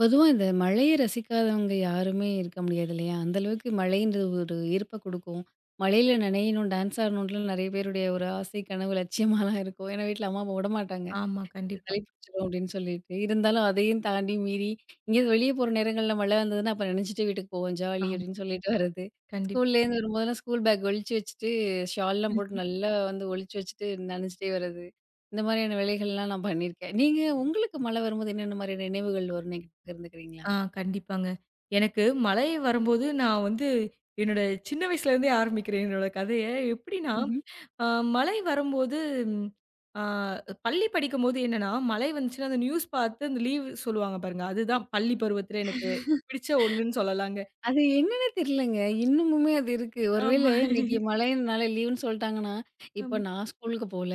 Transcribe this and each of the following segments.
பொதுவா இந்த மழைய ரசிக்காதவங்க யாருமே இருக்க முடியாது இல்லையா? அந்த அளவுக்கு மழைன்றது ஒரு ஈர்ப்ப குடுக்கும். மழையில நனையணும், டான்ஸ் ஆடணுன்ட்டுலாம் நெறைய பேருடைய ஒரு ஆசை, கனவு, லட்சியமாலாம் இருக்கும். ஏன்னா வீட்ல அம்மா, அப்பா விடமாட்டாங்க. ஆமா. கண்டிப்பா. சளி பிடிச்சிரும் அப்படின்னு சொல்லிட்டு. இருந்தாலும் அதையும் தாண்டி மீறி, எங்கேயாவது வெளிய போற நேரங்கள்ல மழை வந்ததுன்னா, அப்ப நனைஞ்சுட்டு வீட்டுக்கு போவோம் ஜாலி ஆமா. அப்படின்னு சொல்லிட்டு வர்றது. கண்டிப்பா. ஸ்கூல்லேருந்து வரும்போதெல்லாம் ஸ்கூல் பேக் ஒழிச்சு வச்சுட்டு, ஷால்லாம் போட்டு ம்ஹ்ம். நல்லா வந்து ஒழிச்சு வச்சுட்டு நனைஞ்சுட்டே வர்றது. இந்த மாதிரியான வேலைகள்லாம் நான் பண்ணியிருக்கேன். நீங்க உங்களுக்கு மழை வரும்போது என்னென்ன மாதிரியான நினைவுகள் வரும்னு என்கிட்ட பகிர்ந்துக்கிறீங்களா? ஆ கண்டிப்பாங்க. எனக்கு மழை வரும்போது நான் வந்து என்னோட சின்ன வயசுலேருந்தே ஆரம்பிக்கிறேன் என்னோட கதைய. எப்படின்னா, அ மழை வரும்போது ம் அ பள்ளி படிக்கும்போது என்னன்னா, மழை வந்துச்சுன்னா அந்த நியூஸ் பார்த்து அந்த லீவ் சொல்லுவாங்க பாருங்க. அதுதான் பள்ளி பருவத்தில எனக்கு பிடிச்ச ஒண்ணுன்னு சொல்லலாங்க. அது என்னன்னே தெரியலங்க. இன்னமுமே அது இருக்கு. ஒருவேள ஆமா, இன்னைக்கு மழைனால லீவுன்னு சொல்ட்டாங்கன்னா, இப்ப ஆமா. நான் ஸ்கூலுக்கு போல,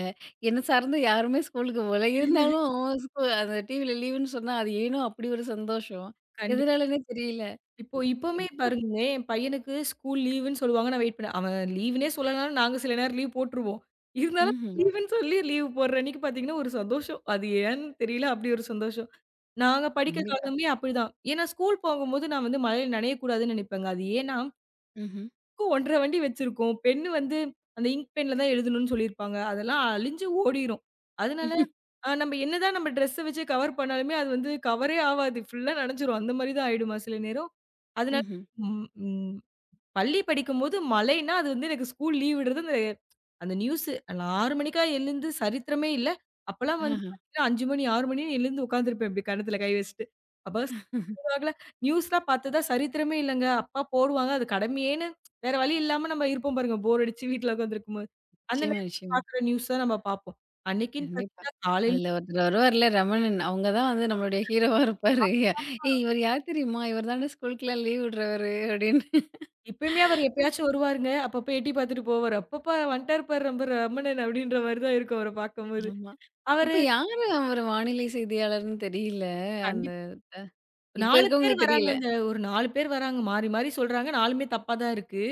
என்ன சார்ந்து யாருமே ஸ்கூலுக்கு போல. கண்டிப்பா. இருந்தாலும் அந்த டிவில லீவுன்னு சொன்னா, அது ஏனோ அப்படி ஒரு சந்தோஷம். எதனாலன்னே தெரியல. இப்போ இப்பவுமே பாருங்களேன், என் பையனுக்கு ஸ்கூல் லீவுன்னு சொல்லுவாங்க. நான் வெயிட் பண்ணேன். அவன் லீவுன்னே சொல்லலனாலும் நாங்க சில நேரம் லீவ் போட்டுருவோம். இருந்தாலும் ம்ஹ்ம். லீவுன்னு சொல்லி லீவ் போடுற அன்னைக்கு பார்த்தீங்கன்னா, ஒரு சந்தோஷம். அது ஏன்னு தெரியல. அப்படி ஒரு சந்தோஷம். நாங்க படிக்க கண்டிப்பா. காலமே அப்படிதான். ஏன்னா ஸ்கூல் போகும்போது நான் வந்து மழையில நனையக்கூடாதுன்னு நினைப்பேங்க. அது ஏன்னா ம்ஹ்ம். புக்கு 1 1/2 வண்டி வச்சிருக்கோம். பென்னு வந்து அந்த இங்க் பென்ல தான் எழுதணும்னு சொல்லியிருப்பாங்க. அதெல்லாம் அழிஞ்சு ஓடிரும். அதனால நம்ம என்னதான் நம்ம ட்ரெஸ்ஸ வச்சு கவர் பண்ணாலுமே, அது வந்து கவரே ஆவாது. ஃபுல்லா நனஞ்சிரும். அந்த மாரி தான் ஆயிடுமா சில நேரம். அதனால ம்ஹ்ம். ம் ம் பள்ளி படிக்கும்போது மழைன்னா, அது வந்து எனக்கு ஸ்கூல் லீவ் விடுறது அந்த அந்த நியூஸு நான் 6 மணிக்கா எழுந்து சரித்திரமே இல்ல. அப்பலாம் வந்து ஆஹா. பார்த்தீங்கன்னா, 5 மணி 6 மணின்னு எழுந்து உட்காந்துருப்பேன் இப்டி கன்னத்துல கை வச்சுட்டு. அப்ப ஆகல. நியூஸ்லாம் பார்த்ததா சரித்திரமே இல்லங்க. அப்பா போடுவாங்க. அது கடமையேன்னு வேற வழி இல்லாம நம்ம இருப்போம் பாருங்க. போர் அடிச்சு வீட்ல உட்காந்துருக்கும்போது. அந்த நிச்சயமா, நேரத்துல நிச்சயமா. பார்க்குற நியூஸ் தான் நம்ம பார்ப்போம். அன்னைக்குன்னு கண்டிப்பா. பார்த்தீங்கன்னா, காலையில அதுல ஒருத்தர் வருவார்ல ரமணன். அவங்க தான் வந்து நம்மளுடைய ஹீரோவா இருப்பாரு. ஏய் இவர் யார் தெரியுமா? இவர் தான்டா ஸ்கூலுக்குலாம் லீவ் விடுறவரு அப்படின்னு. இப்பயுமே அவரு எப்பயாச்சும் வருவாருங்க. அப்பப்ப எட்டி பார்த்துட்டு போவாரு. "அப்பப்பா வந்துட்டாரு பாரு நம்ம ரமணன்" அப்படின்ற மாரி தான் இருக்கும் அவர பார்க்கும்போது. ஆமா. அவரு இப்ப யாரு அவரு வானிலை செய்தியாளர்ன்னு தெரியல. அந்த கண்டிப் அ இப்ப 4 பேர் இருக்கவங்களுக்கு தெரியல. வராங்கங்க. ஒரு 4 பேர் வராங்க. மாறி மாறி சொல்றாங்க. 4மே தப்பா தான் இருக்கு.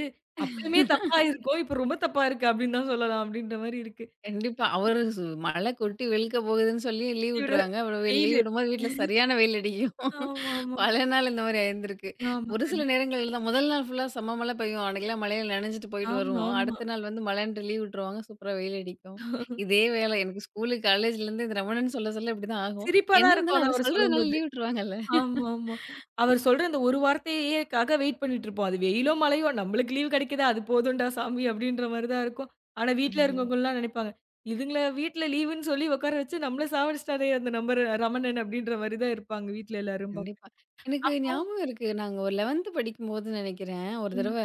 அப்பயுமே தப்பா இருக்கும். இப்ப ரொம்ப தப்பா இருக்கு அப்படின்னு தான் சொல்லலாம். அப்படின்ற மாரி இருக்கு. கண்டிப்பா. அவரு மழை கொட்டி வெளுக்க போகுதுன்னு சொல்லி லீவ் இவரு விட்டுருவாங்க. அப்புறம் லீவ் வெயிலு. விடும்போது வீட்ல சரியான வெயில் அடிக்கும். ஆமாமா. பல நாள் இந்த மாரி ஆயிருந்திருக்கு. ஆமா. ஒரு ஆமா சில நேரங்கள்ல தான் முதல் நாள் ஃபுல்லா செம்ம மழை பெய்யும். அன்னைக்கெல்லாம் மழையில நனைஞ்சிட்டு போயிட்டு ஆமா, வருவோம். ஆமா. அடுத்த நாள் வந்து மழைன்ட்டு லீவ் விட்டுருவாங்க. சூப்பரா வெயில் அடிக்கும். இதே வேலை. எனக்கு ஸ்கூலு, காலேஜ்லேருந்து இந்த ரமணன் சொல்ல சொல்ல இப்படிதான் ஆகும். சிரிப்பா என்ன தான் இருக்கும். இருந்தாலும் ஆனா அவரு அவரு சொல்றதுனால சொல்லும்போது. லீவ் விட்டுருவாங்கல்ல. ஆமா, ஆமா. அவர் சொல்ற அந்த ஒரு வார்த்தையேக்காக வெயிட் பண்ணிட்டு இருப்போம். அது வெயிலோ, மழையோ நம்மளுக்கு லீவ் கிடைக்குதா? அது போதும்டா சாமி அப்படின்ற மாரி தான் இருக்கும். ஆனா வீட்ல ம்ஹ்ம். இருக்கவங்கலாம் நெனைப்பாங்க. இதுங்கள வீட்ல லீவுன்னு சொல்லி உட்கார வச்சு நம்மள சாவடிச்சுட்டாரே அந்த நம்பர் ரமணன் அப்படின்ற மாரி தான் இருப்பாங்க வீட்ல எல்லாரும் பாக்க. கண்டிப்பா. எனக்கு அப்போ ஞாபகம் இருக்கு. நாங்க ஒரு 11த் படிக்கும்போது நெனைக்கிறேன், ஒரு ம். தடவ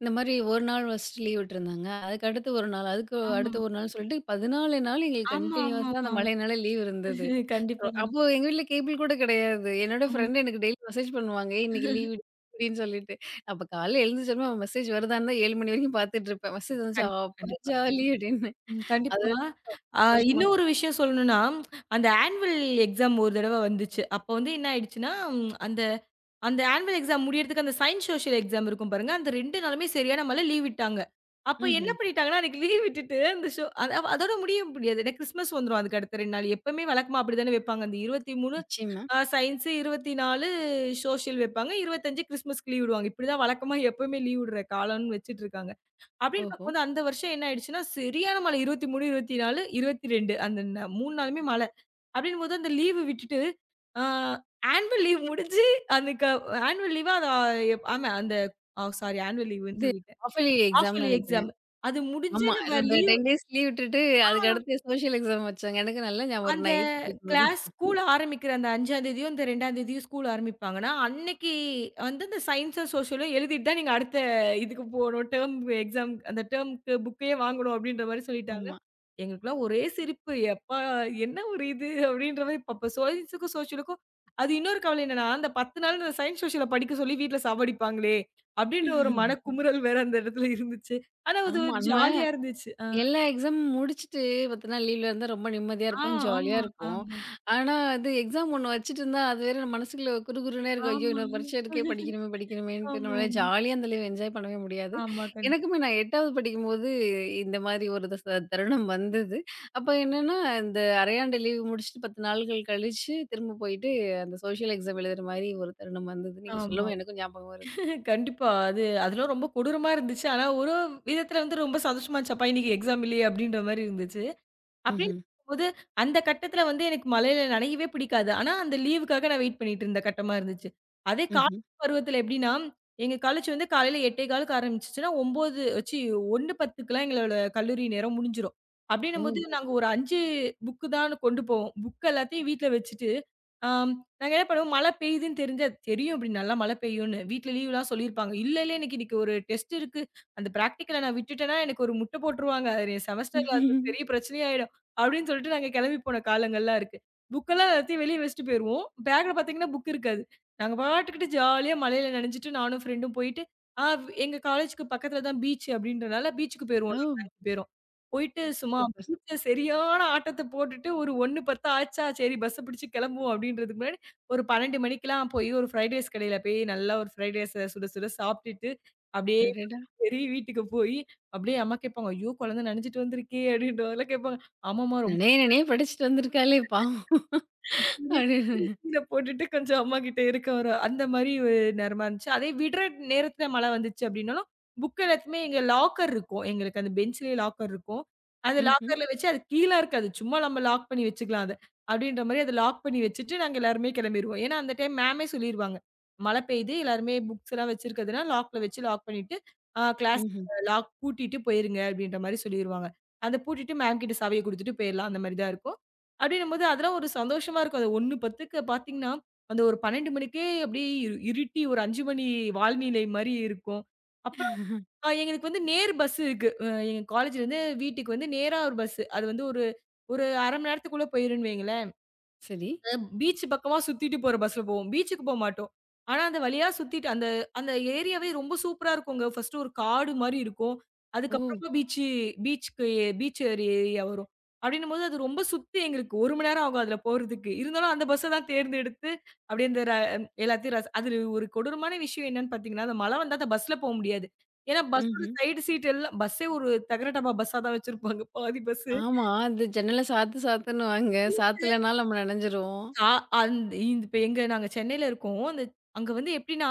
இந்த மாரி 1 நாள் ஃபர்ஸ்ட்டு லீவ் விட்டுருந்தாங்க. அதுக்கு அடுத்து 1 நாள், அதுக்கு அடுத்த ஆமாமா. 1 நாள்னு சொல்லிட்டு 14 நாள் எங்களுக்கு ஆமா, கன்டினியூவஸா அந்த ஆமாமா. மழைனால லீவ் இருந்தது. கண்டிப்பா, அப்போ கண்டிப்பா. எங்க வீட்ல கேபிள் கூட கிடையாது. என்னோட ம். ஃப்ரெண்ட் எனக்கு டெய்லி மெசேஜ் பண்ணுவாங்க. "ஏய் இன்னைக்கு லீவ் விடு" அப்படின்னு சொல்லிட்டு. அப்ப காலையில எழுந்துச்சோனே மெசேஜ் வருதான்னு தான் 7 மணி வரைக்கும் பார்த்துட்டு இருப்பேன். மெசேஜ் வந்துச்சா, கண்டிப்பா, "அப்பா கண்டிப்பா. ஜாலி" அப்படின்னு. ம். அது கண்டிப்பா. அ சந்தோஷமா இன்னும் ஒரு விஷயம் சொல்லணும்னா, அந்த ஆனுவல் எக்ஸாம் ஒரு தடவ வந்துச்சு. அப்போ வந்து என்ன ஆயிடுச்சுன்னா, அந்த அந்த ஆனுவல் எக்ஸாம் முடியறதுக்கு அந்த சயன்ஸ், சோஷியல் எக்ஸாம் இருக்கும் பாருங்க. அந்த 2 நாளுமே சரியான மழ லீவ் விட்டாங்க. அப்ப என்ன ம்ஹ்ம். பண்ணிட்டாங்கன்னா, அன்னைக்கு லீவ் விட்டுட்டு அந்த ஷோ அத அதோட முடிய முடியாது. ஏன்னா கிறிஸ்மஸ் வந்துரும் அதுக்கு அடுத்த 2 நாள். எப்பவுமே வழக்கமா அப்படித்தானே வைப்பாங்க. அந்த 23 நிச்சயமா. சயன்ஸ், 24 சோஷியல் வைப்பாங்க. 25 கிறிஸ்மஸ்க்கு லீவ் விடுவாங்க. இப்படிதான் வழக்கமா எப்பவுமே லீவ் விடுற காலம்னு வச்சுட்டு இருக்காங்க. அப்படின்னு ஓஹோ! பார்க்கும்போது அந்த வருஷம் என்ன ஆயிடுச்சுன்னா, சரியான மழை 23, 24, 22 அந்த 3 நாளுமே மழை. அப்படிங்கும்போது அந்த லீவு விட்டுட்டு, ஆ ஆனுவல் லீவ் முடிஞ்சு அதுக்க ஆனுவல் லீவா அது ஆ, எப் ஆமா அந்த சாரி ஆனுவல் லீவுன்னு இது சொல்லிட்டேன். ஹாஃப் இயர்லி ஹாஃப் எக்ஸாம்னு இயர்லி நெனைக்கிறேன். எக்ஸாம். அது முடிஞ்சு ஆமா. நம்ம அந்த லீவ் 10 டேஸ் லீவ் விட்டுட்டு, அதுக்கு ஆ. அடுத்து சோஷியல் எக்ஸாம் வச்சாங்க. எனக்கு நல்லா ஞாபகம் இருக்கு. அந்த நான் 8த் படிக்கும்போது. ஸ்கூல் ஆரம்பிக்கிற அந்த 5ஆந்தேதியோ, இந்த 2ஆந்தேதியோ ஸ்கூல் ஆரம்பிப்பாங்கன்னா, அன்னைக்கு வந்து இந்த சயின்ஸோ, சோஷியலோ எழுதிட்டு தான் நீங்க அடுத்த இதுக்கு போணும். டெர்ம் எக்ஸாம் அந்த டெர்ம்க்கு புக்கே வாங்கணும் அப்படின்ற மாரி சொல்லிட்டாங்க. ஆமா. எங்களுக்கெல்லாம் ஒரே சிரிப்பு. எப்பா! என்ன ஒரு இது அப்படின்ற மாரி அப்ப சயின்ஸுக்கும், சோஷியலுக்கும் அது இன்னொரு கவலை என்னன்னா, அந்த 10 நாள் இந்த சயின்ஸ், சோஷியல படிக்க சொல்லி வீட்ல சாவடிப்பாங்களே! அப்படின்ற ஒரு மனக்குமுறல் வேற அந்த இடத்துல இருந்துச்சு. ஆனா அது ஆமா. ஒரு நம்ம ஜாலியா இருந்துச்சு. எல்லா எக்ஸாமும் முடிச்சுட்டு 10 நாள் லீவ்ல இருந்தா ரொம்ப நிம்மதியா ஆ, இருப்போம், ஜாலியா ஆமா, இருப்போம். ஆமா, ஆனா, அது எக்ஸாம் ஒண்ணு வச்சுட்டுருந்தா, அது வேற நம்ம மனசுக்குள்ள குறுகுறுன்னே இருக்கும். ஐயோ! ஆமா. இன்னொரு பரீட்சை இருக்கே படிக்கணுமே படிக்கணுமேன்ட்டு நம்மளால ஆமாமா. ஜாலியா அந்த லீவ் என்ஜாய் பண்ணவே முடியாது. ஆமா. ஆமா, கண்டிப்பா. எனக்குமே நான் 8வது படிக்கும்போது இந்த மாதிரி ஒரு த ச தருணம் வந்தது. அப்ப என்னன்னா, இந்த அரையாண்டு லீவ் முடிச்சுட்டு 10 நாள்கள் கழிச்சு திரும்ப போயிட்டு அந்த சோசியல் எக்ஸாம் எழுதுற மாரி ஒரு தருணம் வந்தது. நீங்க ஆமா. சொல்லவும் எனக்கும் ஞாபகம் வருது. கண்டிப்பா. அது அதெல்லாம் ரொம்ப கொடூரமா இருந்துச்சு. ஆனா ஒரு விதத்துல வந்து ரொம்ப சந்தோஷமா இருந்துச்சு. அப்பா இன்னைக்கு எக்ஸாம் இல்லையே! அப்டின்ற மாரி இருந்துச்சு. அப்படின்னு ம்ஹ்ம். போது, அந்த கட்டத்துல வந்து எனக்கு மழையில நனையவே பிடிக்காது. ஆனா, அந்த லீவுக்காக நான் வெயிட் பண்ணிட்டு இருந்த கட்டமா இருந்துச்சு. அதே ம்ஹ்ம். காலேஜ் பருவத்துல எப்படின்னா, எங்க காலேஜ் வந்து காலையில 8:15க்கு ஆரம்பிச்சுச்சுன்னா, 9 ச்சீ 1:10க்குலாம் எங்களோட கல்லூரி நேரம் முடிஞ்சிரும். ஓ! அப்படின்னும்போது நாங்க ஒரு 5 புக்கு தான் கொண்டு போவோம். புக் எல்லாத்தையும் வீட்ல வச்சுட்டு, ஆம் நாங்க என்ன பண்ணுவோம், மழை பெய்யுதுன்னு தெரிஞ்சா தெரியும் இப்படி நல்லா மழை பெய்யும்ன்னு. வீட்ல லீவ்லாம் சொல்லியிருப்பாங்க. "இல்ல, இல்ல எனக்கு இன்னைக்கு ஒரு டெஸ்ட் இருக்கு. அந்த பிராக்டிகல நான் விட்டுட்டேன்னா, எனக்கு ஒரு முட்ட போட்டுருவாங்க. அது செமஸ்டர்ல அது பெரிய பிரச்சனையா ஆயிடும்." அப்படின்னு சொல்லிட்டு நாங்க கிளம்பி போன காலங்கள்லாம் இருக்கு. புக்கெல்லாம் எல்லாத்தையும் வெளிய வச்சுட்டு போயிருவோம். பேக்ல பார்த்தீங்கன்னா புக் இருக்காது. நாங்க பாட்டுக்கிட்டு ஜாலியா மழையில நனைஞ்சுட்டு நானும் ஃப்ரெண்டும் போயிட்டு, எங்க காலேஜ்க்கு பக்கத்துல தான் பீச் அப்படின்றனால பீச்சுக்கு ஓ! போயிருவோம் ஓ! நாங்க 5 பேரும். போயிட்டு சும்மா சூப்பர், சூப்பர். பீச்ல சரியான ஆட்டத்த போட்டுட்டு ஒரு 1:10 ஆச்சா, சரி பஸ்ஸ பிடிச்சு கிளம்புவோம் அப்படின்றதுக்கு முன்னாடி ஒரு 12 மணிக்கெல்லாம் போய் ஒரு ஃப்ரைட் ரைஸ் கடையில போய் நல்லா ஒரு ஃப்ரைட் ரைஸ சுட சுட சாப்பிட்டுட்டு, அப்படியே அடடா! சரி வீட்டுக்கு போய் அப்படியே அம்மா கேட்பாங்க, "ஐயோ! குழந்தை நனைஞ்சுட்டு வந்திருக்கே" அப்படின்றவங்கலாம் கேட்பாங்க. ஆமாமா. ரொம்ப நெனைய நெனைய படிச்சுட்டு வந்திருக்காளே பாவம். அப்படின்னு. கீழ போட்டுட்டு கொஞ்சம் அம்மாகிட்ட இருக்க ஒரு அந்த மாரி ஒரு நேரமா இருந்துச்சு. அதே விடுற நேரத்துல மழை வந்துச்சு அப்டின்னாலும், புக் எல்லாத்தையுமே எங்க லாக்கர் இருக்கும். எங்களுக்கு அந்த பெஞ்ச்லயே லாக்கர் இருக்கும். அந்த ம்ஹ்ம், லாக்கர்ல வச்சு அது கீழ இருக்காது. சும்மா நம்ம லாக் பண்ணி வச்சுக்கலாம் அத. அப்டின்ற மாரி அத லாக் பண்ணி வச்சுட்டு நாங்க எல்லாருமே கிளம்பிருவோம். ஏன்னா, அந்த டைம் மேமே சொல்லிருவாங்க. மழை பெய்யுது எல்லாருமே புக்ஸ் எல்லாம் வச்சிருக்கிறதுனா லாக்ல வச்சு லாக் பண்ணிட்டு, கிளாஸ் ம்ஹ்ம். லாக் பூட்டிட்டு போயிருங்க அப்டின்ற மாரி சொல்லிருவாங்க. அத பூட்டிட்டு மேம் கிட்ட சாவிய குடுத்துட்டு போயிரலாம். அந்த மாரி தான் இருக்கும். அப்படின்னும்போது அதெல்லாம் ஒரு சந்தோஷமா இருக்கும். அது 1:10க்கு பார்த்தீங்கன்னா, அந்த ஒரு 12 மணிக்கே அப்படியே இருட்டி ஒரு 5 மணி வால்நிலை மாரி இருக்கும். அப்புறம் எங்களுக்கு வந்து நேர் பஸ் இருக்கு. எங்க காலேஜ்லேருந்து வீட்டுக்கு வந்து நேரா ஒரு பஸ். அது வந்து ஒரு ஒரு 1/2 மணி நேரத்துக்குள்ள போயிருன்னு வைங்களேன். சரி. பீச் பக்கமா சுத்திட்டு போற பஸ்ல போவோம். பீச்சுக்கு போ மாட்டோம். ஆனா, அந்த வழியா சுத்திட்டு அந்த அந்த ஏரியாவே ரொம்ப சூப்பரா இருக்குங்க. ஃபர்ஸ்ட்டு ஒரு காடு மாரி இருக்கும். ஓ! அதுக்கப்புறமா பீச்சுக்கு பீச் ஏரியா வரும். அப்டின்னும்போது அது ரொம்ப சுத்தி எங்களுக்கு 1 மணி நேரம் ஆகும் அதுல போறதுக்கு. இருந்தாலும் அந்த பஸ்ஸ தான் தேர்ந்தெடுத்து அப்டியே இந்த எல்லாத்தையும் அதுல ஒரு கொடூரமான விஷயம் என்னன்னு பார்த்தீங்கன்னா, அந்த மழை வந்தா அந்த பஸ்ல போ முடியாது. ஏன்னா, பஸ்ஸோட ம்ஹ்ம். சைடு சீட் எல்லாம் பஸ்ஸே ஒரு தகர டப்பா பஸ்ஸா தான் வச்சிருப்பாங்க பாதி பஸ். ஆமா. அது ஜன்னல சாத்து சாத்துன்னுவாங்க. சாத்தலனாலும் நம்ம நனைஞ்சிருவோம். ஆ அந் இந்த இப்ப எங்க நாங்க சென்னையில இருக்கோம். அந்த அங்க வந்து எப்டின்னா,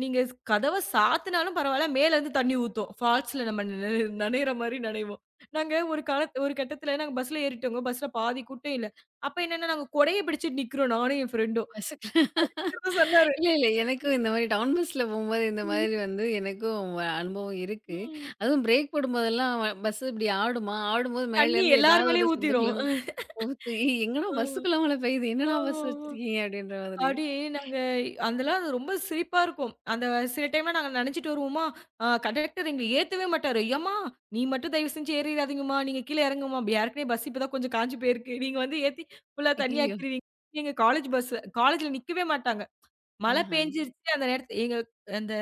நீங்க கதவ சாத்துனாலும் பரவால்ல, மேலருந்து தண்ணி ஊத்தும். ஃபால்ஸ்ல நம்ம நனையிற மாரி நனைவோம். நாங்க ஒரு ஒரு கட்டத்துல நாங்க பஸ்ல ஏறிட்டோங்க. பஸ்ல பாதி கூட்டம் இல்ல. அப்ப என்னன்னா, நாங்க கொடைய பிடிச்சுட்டு நிக்கிறோம் நானும் என் ஃப்ரெண்டும். பஸ்ஸுக்கு இவர் தான் சொன்னாரு. இல்ல, இல்ல. எனக்கும் இந்த மாரி டவுன் பஸ்ல போம்போது இந்த ம். மாதிரி வந்து எனக்கும் அனுபவம் இருக்கு. ம், அதுவும் பிரேக் போடும்போதெல்லாம் பஸ் இப்படி ஆடுமா, ஆடும்போது தண்ணி மேலேருந்து எல்லார் ஏதாவது ஒரு மேலயும் ஊத்திரும். சந்துக்குள்ளேருந்து கோர்த்து, "ஏய் எங்கடா ஆமா, பஸ்ஸுக்குள்ள மழை பெய்யுது? என்னடா ஆமா, பஸ் ஆமா. வச்சிருக்கீங்க?" அப்படின்ற மாதிரி. அப்படி நாங்க அதெல்லாம் ரொம்ப சிரிப்பா இருக்கும். அந்த சில டைம்லாம் நாங்க நெனச்சுட்டு வருவோமா, கண்டக்டர் எங்கள ஏத்தவே மாட்டாரு. "ஏம்மா நீ மட்டும் தயவு செஞ்சு ஏறிறாதீங்கம்மா. நீங்க கீழ இறங்குங்கம்மா. ஏற்கனவே பஸ் இப்ப தான் கொஞ்சம் காஞ்சு போயிருக்கு. நீங்க வந்து ஏத்தி ஃபுல்லா தண்ணி ஐயய்யோ! ஆக்கிருவீங்க." எங்க காலேஜ் பஸ்ஸு. காலேஜ்ல நிக்கவே மாட்டாங்க. மழை ஆஹ. பேஞ்சிருச்சு அந்த நேரத்து எங்க அந்த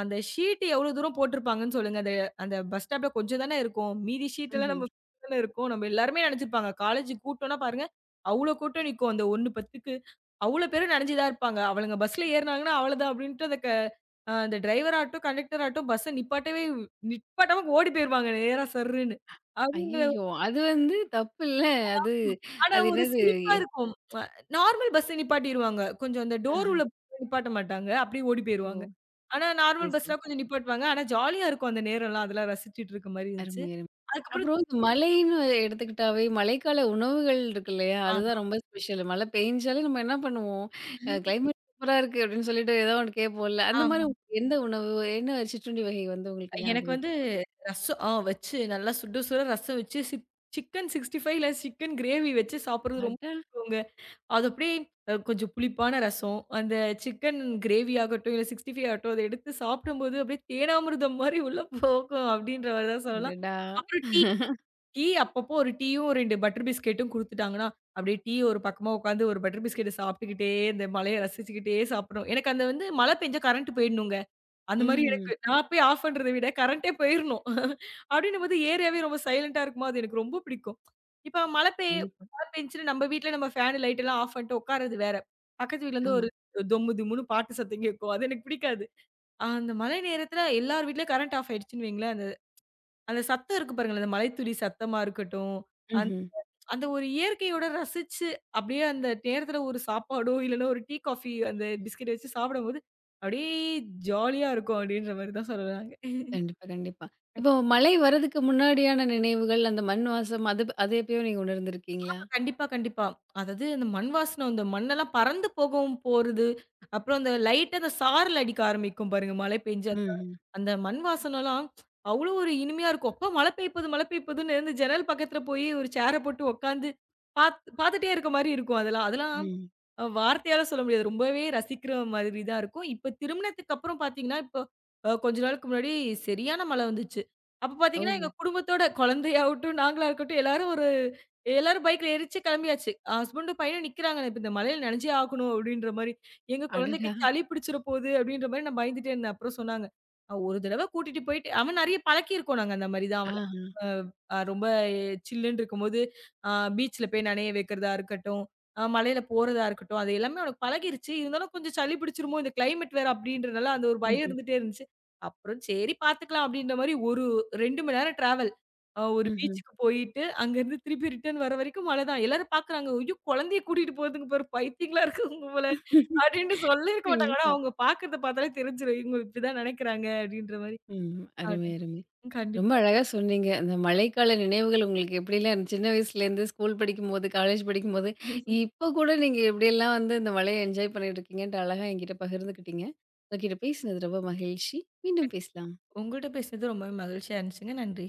அந்த ஷீட் எவ்ளோ தூரம் போட்டிருப்பாங்கன்னு சொல்லுங்க. அந்த அந்த பஸ் ஸ்டாப்ல கொஞ்சம் தானே இருக்கும். மீதி ஷீட் எல்லாம் ம்ஹ்ம். நம்ம தானே இருக்கும். நம்ம எல்லாருமே நெனச்சிருப்பாங்க. காலேஜ் கூட்டம்னா பாருங்க, அவ்ளோ கூட்டம் நிக்கும். அந்த 1:10க்கு அவ்ளோ பேரும் நனஞ்சு தான் இருப்பாங்க. அவளுங்க பஸ்ல ஏறுனாங்கன்னா அவ்வளதான் அப்டின்ட்டு அந்த க அ அந்த டிரைவர் ஆட்டும், கண்டக்டர் ஆட்டும் பஸ்ஸ நிப்பாட்டவே நிப்பாட்டாம ஓடி போயிருவாங்க நேரா சர்ருன்னு. அதுங்க ஐயய்யோ! அது வந்து தப்பில்ல. அது ஆனா அது ஒரு என்னது? சிரிப்பா இருக்கும். அ நார்மல் பஸ்ல நிப்பாட்டிருவாங்க. கொஞ்சம் அந்த டோர் ஆஹா. உள்ள நிப்பாட்ட மாட்டாங்க. அப்படியே ஓடி ஓ! போயிருவாங்க. ஆனா சரி, நார்மல் சரி, பஸ்லாம் சரி. கொஞ்சம் நிப்பாட்டுவாங்க. ஆனா ஜாலியா இருக்கும் அந்த நேரம்லாம். அதெல்லாம் ரசிச்சுட்டு இருக்க மாரி இருந்துச்சு. அருமை, அருமை. அதுக்கப்புறம் அப்புறம் இந்த மழைன்னு எடுத்துக்கிட்டாவே, மழைக்கால உணவுகள் இருக்கு இல்லையா? ஆமா, அதுதான் ரொம்ப ஸ்பெஷல். மழை பெய்ஞ்சாலே நம்ம என்ன பண்ணுவோம்? அ கிளைமேட் சூப்பரா இருக்கு அப்படின்னு சொல்லிட்டு ஏதோ ஒண்ணு கேட்போம்ல. அந்த மாரி ஆமா. உங்களுக்கு எந்த உணவு, என்ன சிற்றுண்டி வகை வந்து உங்களுக்கு எனக்கு ஞாபகம் இருக்கு? வந்து ரசம் வச்சு நல்லா சுட சுட ரசம் வச்சு சிக்கன் 65 இல்ல சிக்கன் கிரேவி வச்சு சாப்பிடுறது ரொம்ப அடா! பிடிக்குங்க. அது அப்படியே கொஞ்சம் புளிப்பான ரசம், அந்த சிக்கன் கிரேவி ஆகட்டும், இல்ல 65 ஆகட்டும், அத எடுத்து சாப்பிடும்போது அப்படியே தேனாமிருதம் மாரி உள்ள போகும் அப்படின்ற மாரி தான் சொல்லலாம். அடடா! அப்புறம் டீ டீ அப்பப்போ ஒரு டீயும் 2 பட்டர் பிஸ்கெட்டும் குடுத்துட்டாங்கன்னா, அப்படியே டீ ஒரு பக்கமா உட்காந்து ஒரு பட்டர் பிஸ்கெட்ட சாப்பிட்டுக்கிட்டே, இந்த மலைய ரசிச்சுக்கிட்டே சாப்பிடணும். எனக்கு அந்த வந்து மழை பெஞ்சா கரண்ட் போயிடணுங்க. அந்த மாரி ம்ஹ்ம். எனக்கு நான் போய் ஆஃப் பண்றத விட கரண்டே போயிரணும். அப்டின்னும்போது ஏரியாவே ரொம்ப சைலன்ட்டா இருக்குமா, அது எனக்கு ரொம்ப பிடிக்கும். இப்ப கண்டிப்பா. மழை பெஞ்சுச்சுன்னு நம்ம வீட்ல நம்ம ஃபேன், லைட் எல்லாம் ஆஃப் பண்ணிட்டு உட்கார்றது வேற. பக்கத்து வீட்லருந்து ஆமா. ஒரு தொம்மு தும்முன்னு பாட்டு சத்தம் கேட்கும். அது எனக்கு பிடிக்காது. அந்த மழை நேரத்துல எல்லார் வீட்லயும் கரண்ட் ஆஃப் ஆயிடுச்சுன்னு வைங்களேன், அந்த அந்த சத்தம் இருக்கு பாருங்களேன், அந்த மழைத்துளி சத்தமா இருக்கட்டும், அந்த ம்ஹ்ம். அந்த ஒரு இயற்கையோட ரசிச்சு, அப்படியே அந்த நேரத்துல ஒரு சாப்பாடோ, இல்லன்னா ஒரு டீ, காஃபி அந்த பிஸ்கட் வச்சு சாப்பிடும்போது, அப்படியே ஜாலியா இருக்கும் அப்படின்ற மாரி தான் சொல்லலாங்க. கண்டிப்பா, கண்டிப்பா. இப்போ மழை வர்றதுக்கு முன்னாடியான நினைவுகள், அந்த மண் வாசம் அது அது எப்பயோ நீங்க உணர்ந்திருக்கீங்களா? கண்டிப்பா, கண்டிப்பா. அதாவது அந்த மண் வாசன அந்த மண்ணெல்லாம் பறந்து போகவும் போறது, அப்புறம் அந்த லைட்டா அந்த சாரல் அடிக்க ஆரம்பிக்கும் பாருங்க மழை பெஞ்சு. அந்த ம்ஹ்ம். அந்த மண் வாசனலாம் அவ்வளோ ஒரு இனிமையா இருக்கும். அப்பா மழை பெய்ப்போது மழை பெய்ப்போதுன்னு இருந்து ஜன்னல் பக்கத்துல போய் ஒரு சேர போட்டு உட்காந்து பாத் பாத்துட்டே இருக்க மாரி இருக்கும் அதெல்லாம். அதெல்லாம் ம். வார்த்தையால சொல்ல முடியாது. ரொம்பவே ரசிக்கிற மாதிரி தான் இருக்கும். இப்ப திருமணத்துக்கு அப்புறம் பார்த்தீங்கன்னா, இப்போ கொஞ்ச நாளுக்கு முன்னாடி சரியான மழை வந்துச்சு. அப்ப ஓ! பார்த்தீங்கன்னா, எங்க குடும்பத்தோட குழந்தையாகட்டும், நாங்களா இருக்கட்டும் எல்லாரும் பைக்ல ஏறிச்சு கிளம்பியாச்சு. ஹஸ்பண்டும் பையனும் நிக்கிறாங்க. "இப்ப இந்த மழையில நனைஞ்சே ஆகணும்." அப்படின்ற மாரி. எங்க குழந்தைக்கு அடடா! சளி பிடிச்சிற போகுது அப்படின்ற மாரி நான் பயந்துட்டே இருந்தேன். அப்புறம் சொன்னாங்க, ஒரு தடவ கூட்டிட்டு போயிட்டு" அவன் நெறைய பழக்கியிருக்கோம் நாங்க அந்த மாரி தான் அவன. ஆஹா. அ அ ரொம்ப சில்லுன்னு இருக்கும்போது, அ பீச்ல போய் நனைய வைக்கிறதா இருக்கட்டும். மலையில போறதா இருக்கட்டும், அது எல்லாமே அவனுக்கு பழகிருச்சு. இருந்தாலும் கொஞ்சம் சளி பிடிச்சிருமோ! இந்த கிளைமேட் வேற அப்பிடின்றனால அந்த ஒரு பயம் ம்ஹ்ம். இருந்துட்டே இருந்துச்சு. அப்புறம் சரி பார்த்துக்கலாம் அப்பிடின்றமாரி ஒரு 2 மணி நேரம் டிராவல். ஒரு ம்ஹ்ம். பீச்சுக்கு போயிட்டு, அங்கருந்து திருப்பி ரிட்டர்ன் வர வரைக்கும் மழ தான். எல்லாரும் பார்க்குறாங்க. ஐயோ! குழந்தைய கூட்டிட்டு போறதுங்க பாரு! பைத்தியங்களா இருக்குங்க போல அப்பிடின்ட்டு சொல்லியிருக்க மாட்டாங்க. ஆனா கண்டிப்பா. அவுங்க பார்க்கிறத பார்த்தாலே தெரிஞ்சிரும். இவுங்க இப்பிடிதான் நினைக்கிறாங்க அப்பிடின்றமாரி. ம். அருமை, அருமை. அப்பிடின்னு ரொம்ப கண்டிப்பா. அழகா சொன்னீங்க. அந்த மழைக்கால நினைவுகள் உங்களுக்கு எப்படிலாம் இருந்துச்சு? சின்ன வயசுலேருந்து ஸ்கூல் படிக்கும்போது, காலேஜ் படிக்கும்போது, இப்போ கூட நீங்க எப்படியெல்லாம் வந்து இந்த மழைய என்ஜாய் பண்ணிட்டு இருக்கீங்கன்ட்டு அழகா என்கிட்ட பகிர்ந்துக்கிட்டீங்க. உங்ககிட்ட பேசினது ரொம்ப மகிழ்ச்சி. மீண்டும் பேசலாம். உங்கட்ட பேசினது ரொம்பவே மகிழ்ச்சியா இருந்துச்சுங்க. நன்றி.